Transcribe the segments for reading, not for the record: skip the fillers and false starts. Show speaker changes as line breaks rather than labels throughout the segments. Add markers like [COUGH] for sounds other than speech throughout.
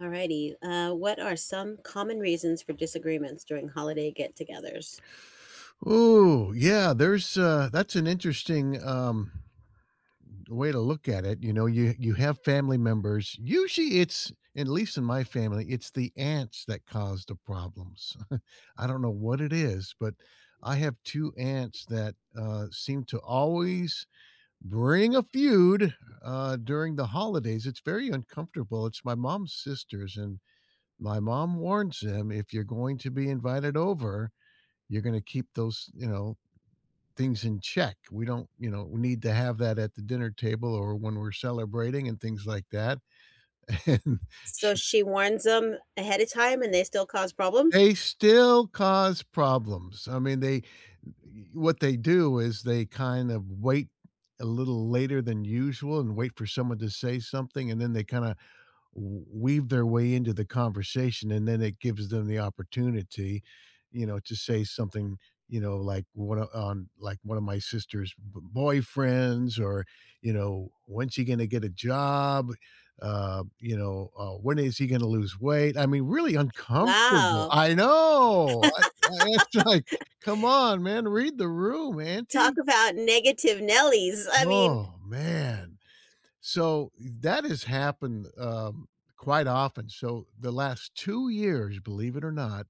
Alrighty. What are some common reasons for disagreements during holiday get-togethers?
Oh yeah, that's an interesting, way to look at it. You know, you have family members, usually it's— at least in my family, it's the aunts that cause the problems. [LAUGHS] I don't know what it is, but I have 2 aunts that, seem to always bring a feud, during the holidays. It's very uncomfortable. It's my mom's sisters, and my mom warns them, "If you're going to be invited over, you're gonna keep those, you know, things in check. We don't, you know, we need to have that at the dinner table or when we're celebrating and things like that." [LAUGHS] And sh
So she warns them ahead of time, and they still cause problems?
they still cause problems. I mean, they— what they do is they kind of wait a little later than usual and wait for someone to say something, and then they kinda weave their way into the conversation, and then it gives them the opportunity, you know, to say something, you know, like on like one of my sister's boyfriends, or you know, when's he going to get a job, when is he going to lose weight. I mean, really uncomfortable.
Wow.
I know, [LAUGHS] it's like, come on, man, read the room,
Talk
auntie.
about negative Nellies. I mean,
Oh man. So that has happened, quite often. So the last 2 years, believe it or not,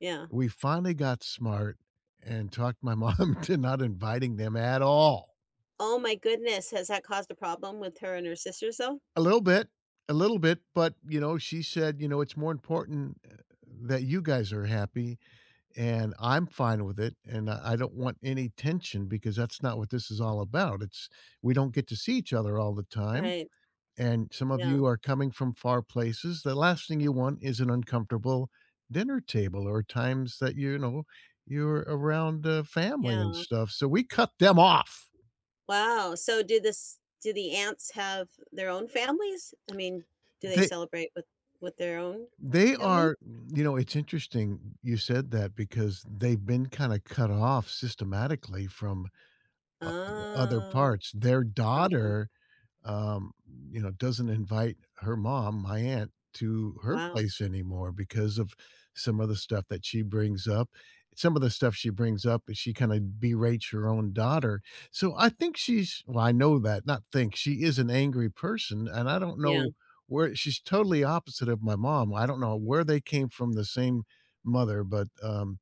yeah.
we finally got smart and talked my mom [LAUGHS] to not inviting them at all.
Oh my goodness, has that caused a problem with her and her sisters though?
A little bit, a little bit, but, you know, she said, you know, "It's more important, eh, that you guys are happy, and I'm fine with it, and I don't want any tension because that's not what this is all about. It's— we don't get to see each other all the time,
Right.
and some of you
Yeah.
are coming from far places, the last thing you want is an uncomfortable dinner table or times that, you know, you're around, family and
Yeah.
stuff, so we cut them off."
Wow. So do the ants have their own families? I mean, do they
They
celebrate with their own
they
family?
are— you know, it's interesting you said that because they've been kinda cut off systematically from o other
Oh.
parts. Their
Uh-huh.
daughter, um, you know, doesn't invite her mom, my aunt, to her
Wow.
place anymore because of some of the stuff that she brings up. Some of the stuff she brings up, she kind of berates her own daughter. So I think she's— well, I know that, not think, she is an angry person. And I don't
Yeah.
know where— she's totally opposite of my mom. I don't know where they came from, the same mother, but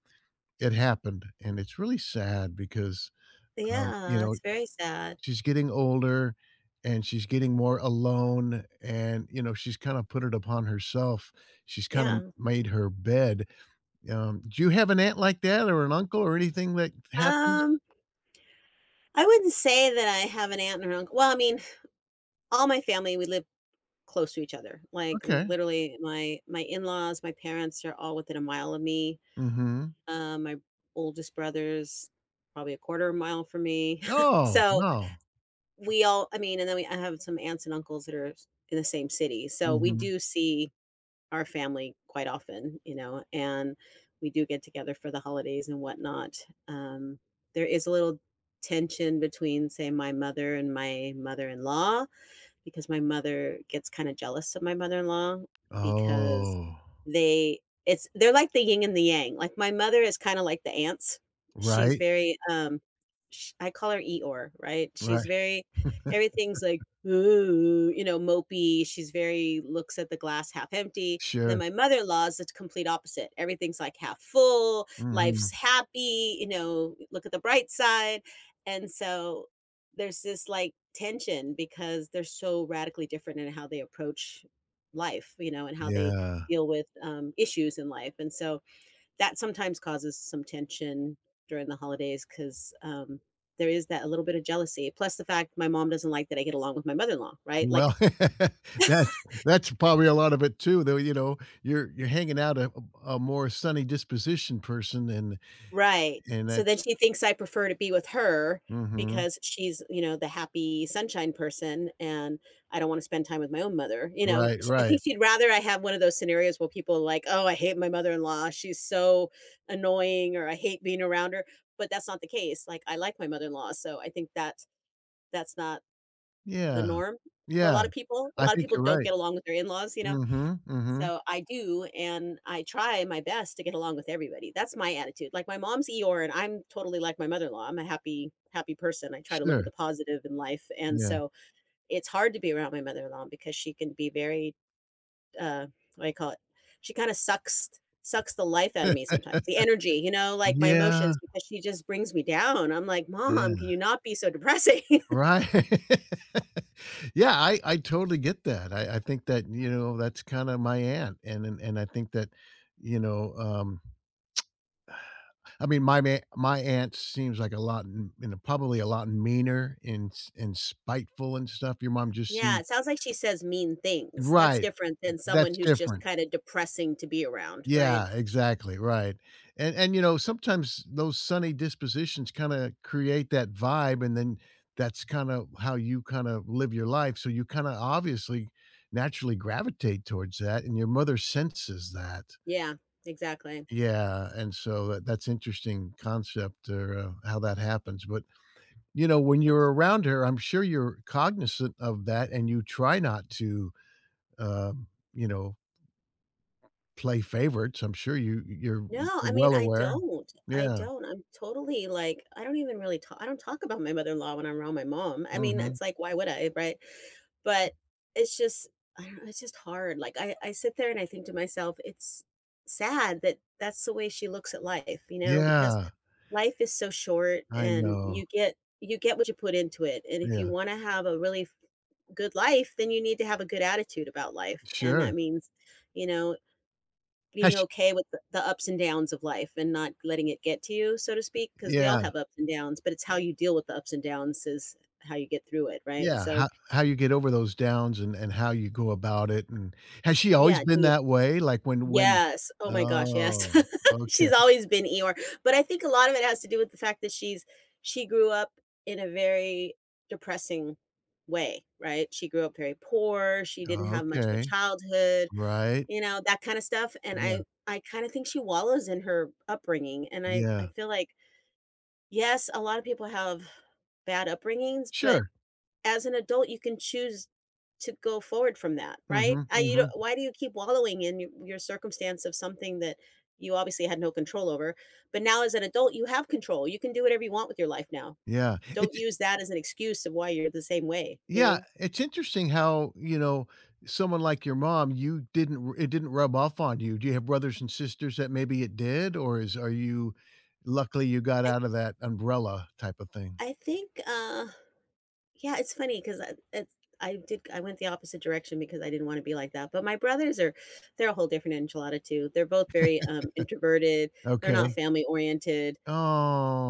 it happened. And it's really sad because, you
Yeah,
know,
it's very sad.
she's getting older and she's getting more alone, and you know, she's kind of put it upon herself. She's kind of
Yeah.
made her bed. Do you have an aunt like that or an uncle or anything that happens?
Um, I wouldn't say that I have an aunt and an uncle, well, I mean, all my family, we live close to each other. Like,
Okay.
literally, my in-laws, my parents are all within a mile of me.
mm-hmm
My oldest brother's probably a quarter mile from me. [LAUGHS]
oh,
So,
wow.
we all I mean, and then we I have some aunts and uncles that are in the same city. So, we
mm-hmm
do see our family quite often, you know, and we do get together for the holidays and whatnot. Um, there is a little tension between, say, my mother and my mother in law, because my mother gets kind of jealous of my mother-in-law because
oh.
they it's they're like the yin and the yang. Like my mother is kind of like the ants. She's
Right,
very I call her Eeyore, right? She's
right.
very Everything's like ooh, you know, mopey. She's very looks at the glass half empty. And then
Sure.
my mother-in-law is the complete opposite. Everything's like half full, life's
Hmm.
happy, you know, look at the bright side. And so there's this like tension because they're so radically different in how they approach life, you know, and how they
Yeah.
deal with issues in life. And so that sometimes causes some tension during the holidays because there is that a little bit of jealousy. Plus, the fact my mom doesn't like that I get along with my mother in law, right? Like,
Well, [LAUGHS] that's that's probably a lot of it too, though. You know, you're hanging out a— a more sunny disposition person. and
right.
and
So
that.
then she thinks I prefer to be with her
Mhm.
because she's, you know, the happy sunshine person and I don't want to spend time with my own mother, you know?
Right,
Sh I
right.
think she'd rather I have one of those scenarios where people are like, "Oh, I hate my mother-in-law. She's so annoying," or "I hate being around her," but that's not the case. Like, I like my mother-in-law, so I think that that's not the
Yeah,
norm for a
yeah,
lot of people. A
I
lot of
think
people
you're
don't
right.
get along with their in-laws, you know?
Mhm, mhm.
So I do, and I try my best to get along with everybody. That's my attitude. Like my mom's Eeyore, and I'm totally like my mother-in-law. I'm a happy, happy person. I try to look at
Sure,
the positive in life, and
yeah.
so it's hard to be around my mother-in-law because she can be very, uh, what do I call it? She kind of sucks the life out of me
[LAUGHS]
sometimes. The energy, you know, like my
Yeah,
emotions, because she just brings me down. I'm like, Mom,
yeah,
can you not be so depressing? [LAUGHS]
right. [LAUGHS] Yeah, I totally get that. I think that, you know, that's kinda my aunt, and I think that, you know, I mean, my aunt seems like a lot m— you know, probably a lot meaner and s— and spiteful and stuff. Your mom just
Yeah,
seems—
it sounds like she says mean things. That's
Right,
different than someone
that's
who's just
different.
kind of depressing to be around, right?
Yeah, exactly, right, and, you know, sometimes those sunny dispositions kinda create that vibe, and then that's kinda how you kinda live your life, so you kinda obviously naturally gravitate towards that, and your mother senses that.
Yeah, exactly.
Yeah, and so that— that's interesting concept or, how that
It
happens. But, you know, when
it's
you're around her, I'm sure you're cognizant of that, and you try not to, um, you know, play favorites. I'm sure you you're
No, I mean,
well
I
aware.
don't. I
Yeah,
don't. I'm totally like, I don't even really talk I don't talk about my mother-in-law when I'm around my mom. I mean,
mhm.
it's like, why would I, right? But it's just, I don't know, it's just hard. Like I sit there and I think to myself, it's sad that that's the way she looks at life, you know, because
Yeah,
life is so short
I
and
know.
you get what you put into it. And if you
Yeah,
want to have a really good life, then you need to have a good attitude about life. And
sure.
that means, you know,
Has
being
sh—
okay with the ups and downs of life and not letting it get to you, so to speak, because we all
yeah,
have ups and downs, but it's how you deal with the ups and downs is how you get through it, right?
yeah,
So,
how you get over those downs and how you go about it, and has she
yeah,
always
do
been
you
that way? Like, when—
yes. Oh my gosh, yes.
Oh,
[LAUGHS]
okay,
She's always been Eeyore, but I think a lot of it has to do with the fact that she grew up in a very depressing way, right? She grew up very poor, she didn't have much of a
okay,
childhood,
right,
you know, that kind of stuff, and
yeah,
I kind of think she wallows in her upbringing, and I
yeah,
feel like yes, a lot of people have bad upbringings, but
sure,
as an adult, you can choose to go forward from that, right?
mhm,
I, you know,
mhm,
why do you keep wallowing in your circumstance of something that you obviously had no control over? But now, as an adult, you have control. You can do whatever you want with your life now.
yeah, it—
Don't use that as an excuse of why you're the same way. You
yeah,
know,
it's interesting how, you know, someone like your mom, you didn't r— it didn't rub off on you. Do you have brothers and sisters that maybe it did, or is— are you— luckily you got
I,
out of that umbrella type of thing?
I think yeah, it's funny because I it's I did I went the opposite direction because I didn't wanna be like that, but my brothers are they're a whole different enchilada too. They're both very, introverted, they're not
Okay.
family oriented,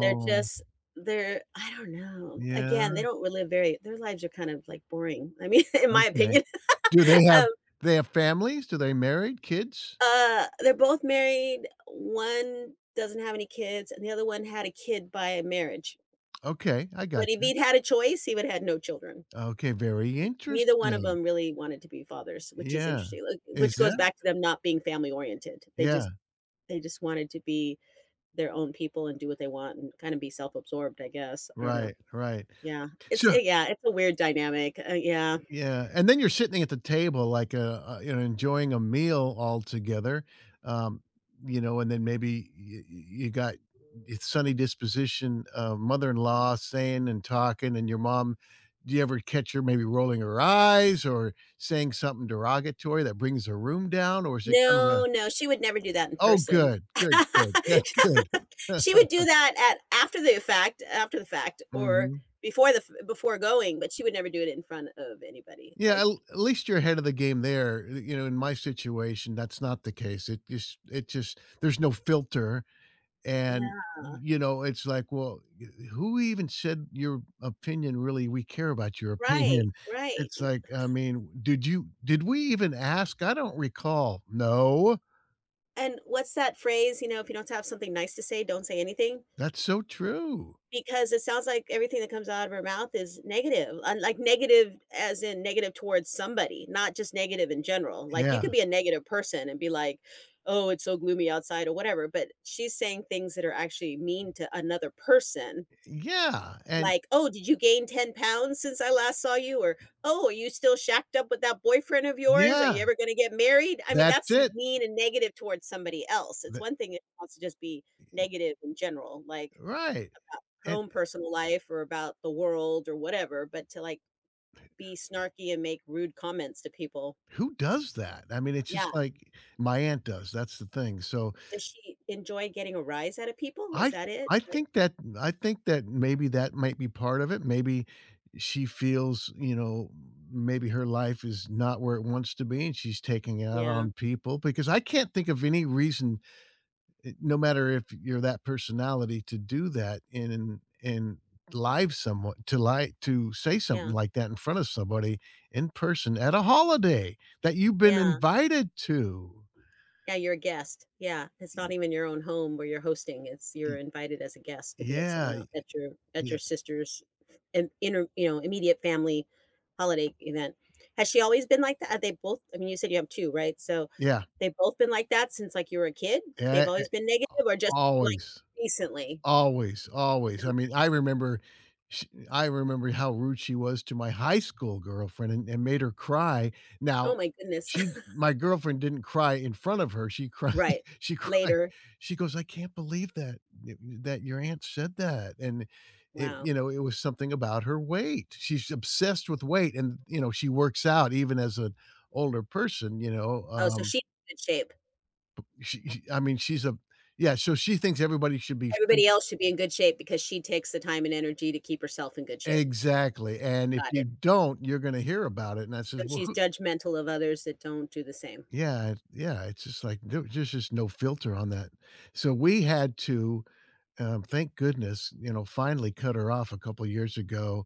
they're just they're I don't know. Again, they
yeah,
don't really live very their lives are kind of, like, boring, I mean, [LAUGHS] in my
okay.
opinion. [LAUGHS]
Do they have—
Um,
they have families? Do they married, kids?
they're both married, one doesn't have any kids, and the other one had a kid by marriage,
Okay, I
but
got
if
you.
he'd had a choice, he would have had no children.
Okay, very
Neither one of
interesting.
them really wanted to be fathers, which is
Yeah.
interesting, like,
Is
which goes
that—
back to them not being family oriented.
yeah,
They just wanted to be their own people and do what they want and kinda be self-absorbed, I guess. I don't know.
right, right.
Yeah. It's
So
yeah, it's a weird dynamic. Yeah.
yeah, and then you're sitting at the table like, you know, enjoying a meal all together, um, you know, and then maybe you, you got— it's sunny disposition of mother-in-law saying and talking, and your mom. Do you ever catch her maybe rolling her eyes or saying something derogatory that brings the room down, or is it kind of a—
No, no, she would never do that in
oh,
person.
good,
[LAUGHS]
good, good, yeah, good. [LAUGHS]
She would do that at after the fact, after the fact, or
Mhm.
before the f before going, but she would never do it in front of anybody,
Yeah,
like
at least you're ahead of the game there. You know, in my situation, that's not the case. It just— it just— there's no filter, and,
Yeah,
you know, it's like, "Well, who even said your opinion— really we care about your [LAUGHS]
right,
opinion?"
right.
It's like, I mean, "Did you— did we even ask? I don't recall." "No."
And what's that phrase, you know, "If you don't have something nice to say, don't say anything,"
That's so true.
because it sounds like everything that comes out of her mouth is negative, and, like, negative as in negative towards somebody, not just negative in general. Like, you could
Yeah.
be a negative person and be like, "Oh, it's so gloomy outside," or whatever, but she's saying things that are actually mean to another person,
Yeah, and—
like, "Oh, did you gain 10 pounds since I last saw you?" Or, "Oh, are you still shacked up with that boyfriend of yours? Are you
yeah,
ever gonna get married?" I mean,
that's
that's
it.
mean and negative towards somebody else. It's
Th—
one thing if she wants to just be negative in general, like
right,
her
and—
own personal life or about the world or whatever, but to, like, be snarky and make rude comments to people.
who does that? I mean, it's
Yeah.
just like my aunt does, that's the thing, so
Does she enjoy getting a rise out of people? Is
I
that it?
I
Like,
think that I think that maybe that might be part of it, maybe she feels, you know, maybe her life is not where it wants to be, and she's taking it out
yeah,
on people because I can't think of any reason, eh, no matter if you're that personality, to do that in live someone to lie to say something
yeah,
like that in front of somebody in person at a holiday that you've been
yeah.
invited to.
Yeah, you're a guest. Yeah, it's not even your own home where you're hosting. It's you're invited as a guest to be at someone
Yeah,
else, at your
yeah,
sister's and you know, immediate family holiday event. Has she always been like that? Are they both? I mean, you said you have two, right? So
yeah,
they've both been like that since like you were a kid. They've
yeah,
always been negative, or just like
always,
recently.
always, always. I
No.
mean, I remember sh— I remember how rude she was to my high school girlfriend and made her cry.
Oh
Now,
my goodness.
she—
[LAUGHS]
my girlfriend didn't cry in front of her, she cried
Right.
[LAUGHS] she cried.
Later.
She goes, "I can't believe that that that your aunt said that," and— it,
Wow.
you know, it was something about her weight. She's obsessed with weight and, you know, she works out even as an older person, you know,
Oh, so she's in good shape.
she— I mean, she's a— yeah, so she thinks everybody should be fit—
Everybody else should be in good shape because she takes the time and energy to keep herself in good shape.
exactly, and if
Got
you
it.
don't, you're gonna hear about it, and I
So
says, "Well,
she's
who—"
judgmental of others that don't do the same.
Yeah, it— yeah, it's just like, there there's just no filter on that. So we had to, thank goodness, you know, finally cut her off a couple years ago,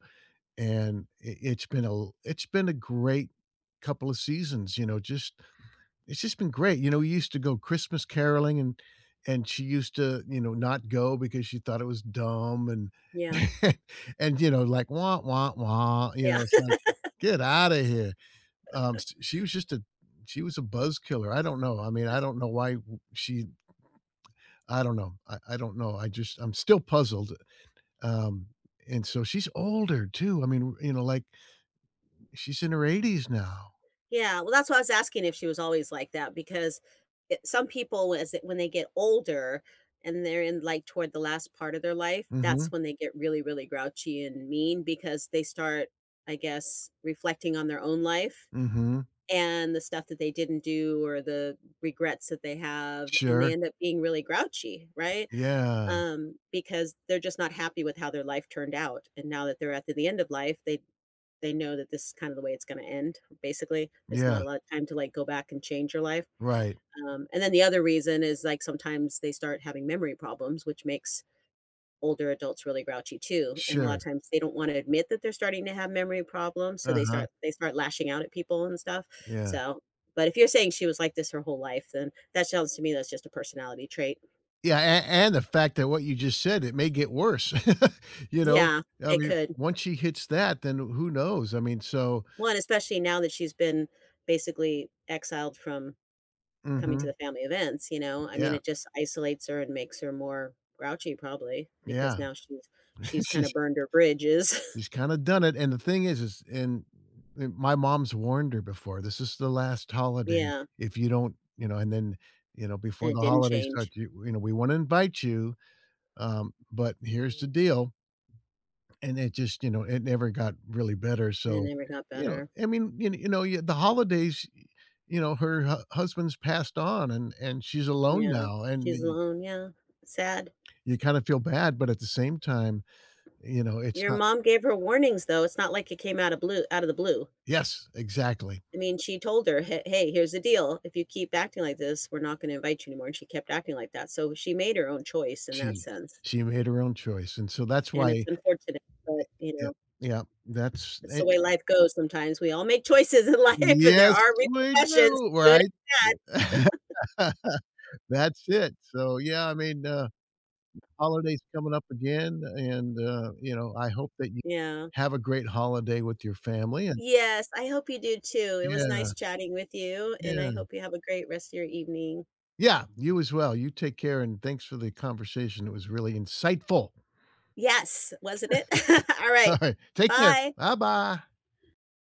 and I it's been a l— it's been a great couple of seasons, you know, just— it's just been great. You know, we used to go Christmas caroling and she used to, you know, not go because she thought it was dumb, and
Yeah.
[LAUGHS] and, you know, like, "Wah, wah, wah," you
Yeah.
know, it's like, "Get out of here." S— she was just a— she was a buzz killer. I don't know. I mean, I
[LAUGHS]
don't know why w— she— I don't know. I don't know. I just— I'm still puzzled. Um, and so she's older too. I mean, you know, like, she's in her 80s now.
Yeah, well, that's why I was asking if she was always like that because some people, as when they get older and they're in like toward the last part of their life,
Mm
that's
Mhm.
when they get really, really grouchy and mean because they start, I guess, reflecting on their own life
mm Mhm.
and the stuff that they didn't do or the regrets that they have, and they
Sure.
end up being really grouchy, right?
Yeah.
Because they're just not happy with how their life turned out. And now that they're at the end of life, they know that this is kind of the way it's going to end. Basically, there's not
Yeah.
a lot of time to like go back and change your life.
Right.
And then the other reason is like sometimes they start having memory problems, which makes older adults really grouchy too. And a lot of
Sure.
times they don't want to admit that they're starting to have memory problems, so
Uh-huh.
they start lashing out at people and stuff.
Yeah.
So, but if you're saying she was like this her whole life, then that sounds to me that's just a personality trait.
Yeah, a— and the fact that what you just said, it may get worse. [LAUGHS] You know?
Yeah,
I
it
mean,
could.
once she hits that, then who knows? I mean, so—
Well, and especially now that she's been basically exiled from coming to
mhm.
the family events, you know? I mean,
Yeah.
it just isolates her and makes her more grouchy probably because
Yeah.
now she's
[LAUGHS]
kind of
She's—
burned her bridges.
she's
[LAUGHS]
kinda done it, and the thing is and my mom's warned her before, "This is the last holiday
Yeah,
if you don't—" you know, and then, you know,
and
before
it
the
didn't
holidays
change,
start, you— you know, "We wanna invite you, but here's the deal." And it just, you know, it never got really better,
and it
so,
never got
you know,
better.
I mean, you— you know, yeah, the holidays, you know, her hu— husband's passed on and she's alone
Yeah,
now, and
she's
y—
alone, yeah, sad.
you kinda feel bad, but at the same time, you know, it's
Your
not—
mom gave her warnings, though, it's not like it came out of blue out of the blue.
yes, exactly.
I mean, she told her, "Hey, here's the deal. If you keep acting like this, we're not gonna invite you anymore," and she kept acting like that, so she made her own choice in that
She—
sense.
she made her own choice, and so that's
And it's
why—
unfortunate, but, you
yeah,
know,
yeah, that's
that's the
it—
way life goes sometimes. We all make choices in [LAUGHS] life, and there
yes,
are
we
repercussions,
do,
good
right?
and bad.
[LAUGHS] That's it, so, yeah, I mean, holidays coming up again, and, you know, I hope that you
Yeah.
have a great holiday with your family, and—
Yes, I hope you do too. It was nice
yeah,
chatting with you, and I
yeah.
hope you have a great rest of your evening.
Yeah, you as well. You take care, and thanks for the conversation. It was really insightful.
Yes, wasn't it? [LAUGHS] All
[LAUGHS]
right.
Alright, take care.
Bye.
Bye-bye.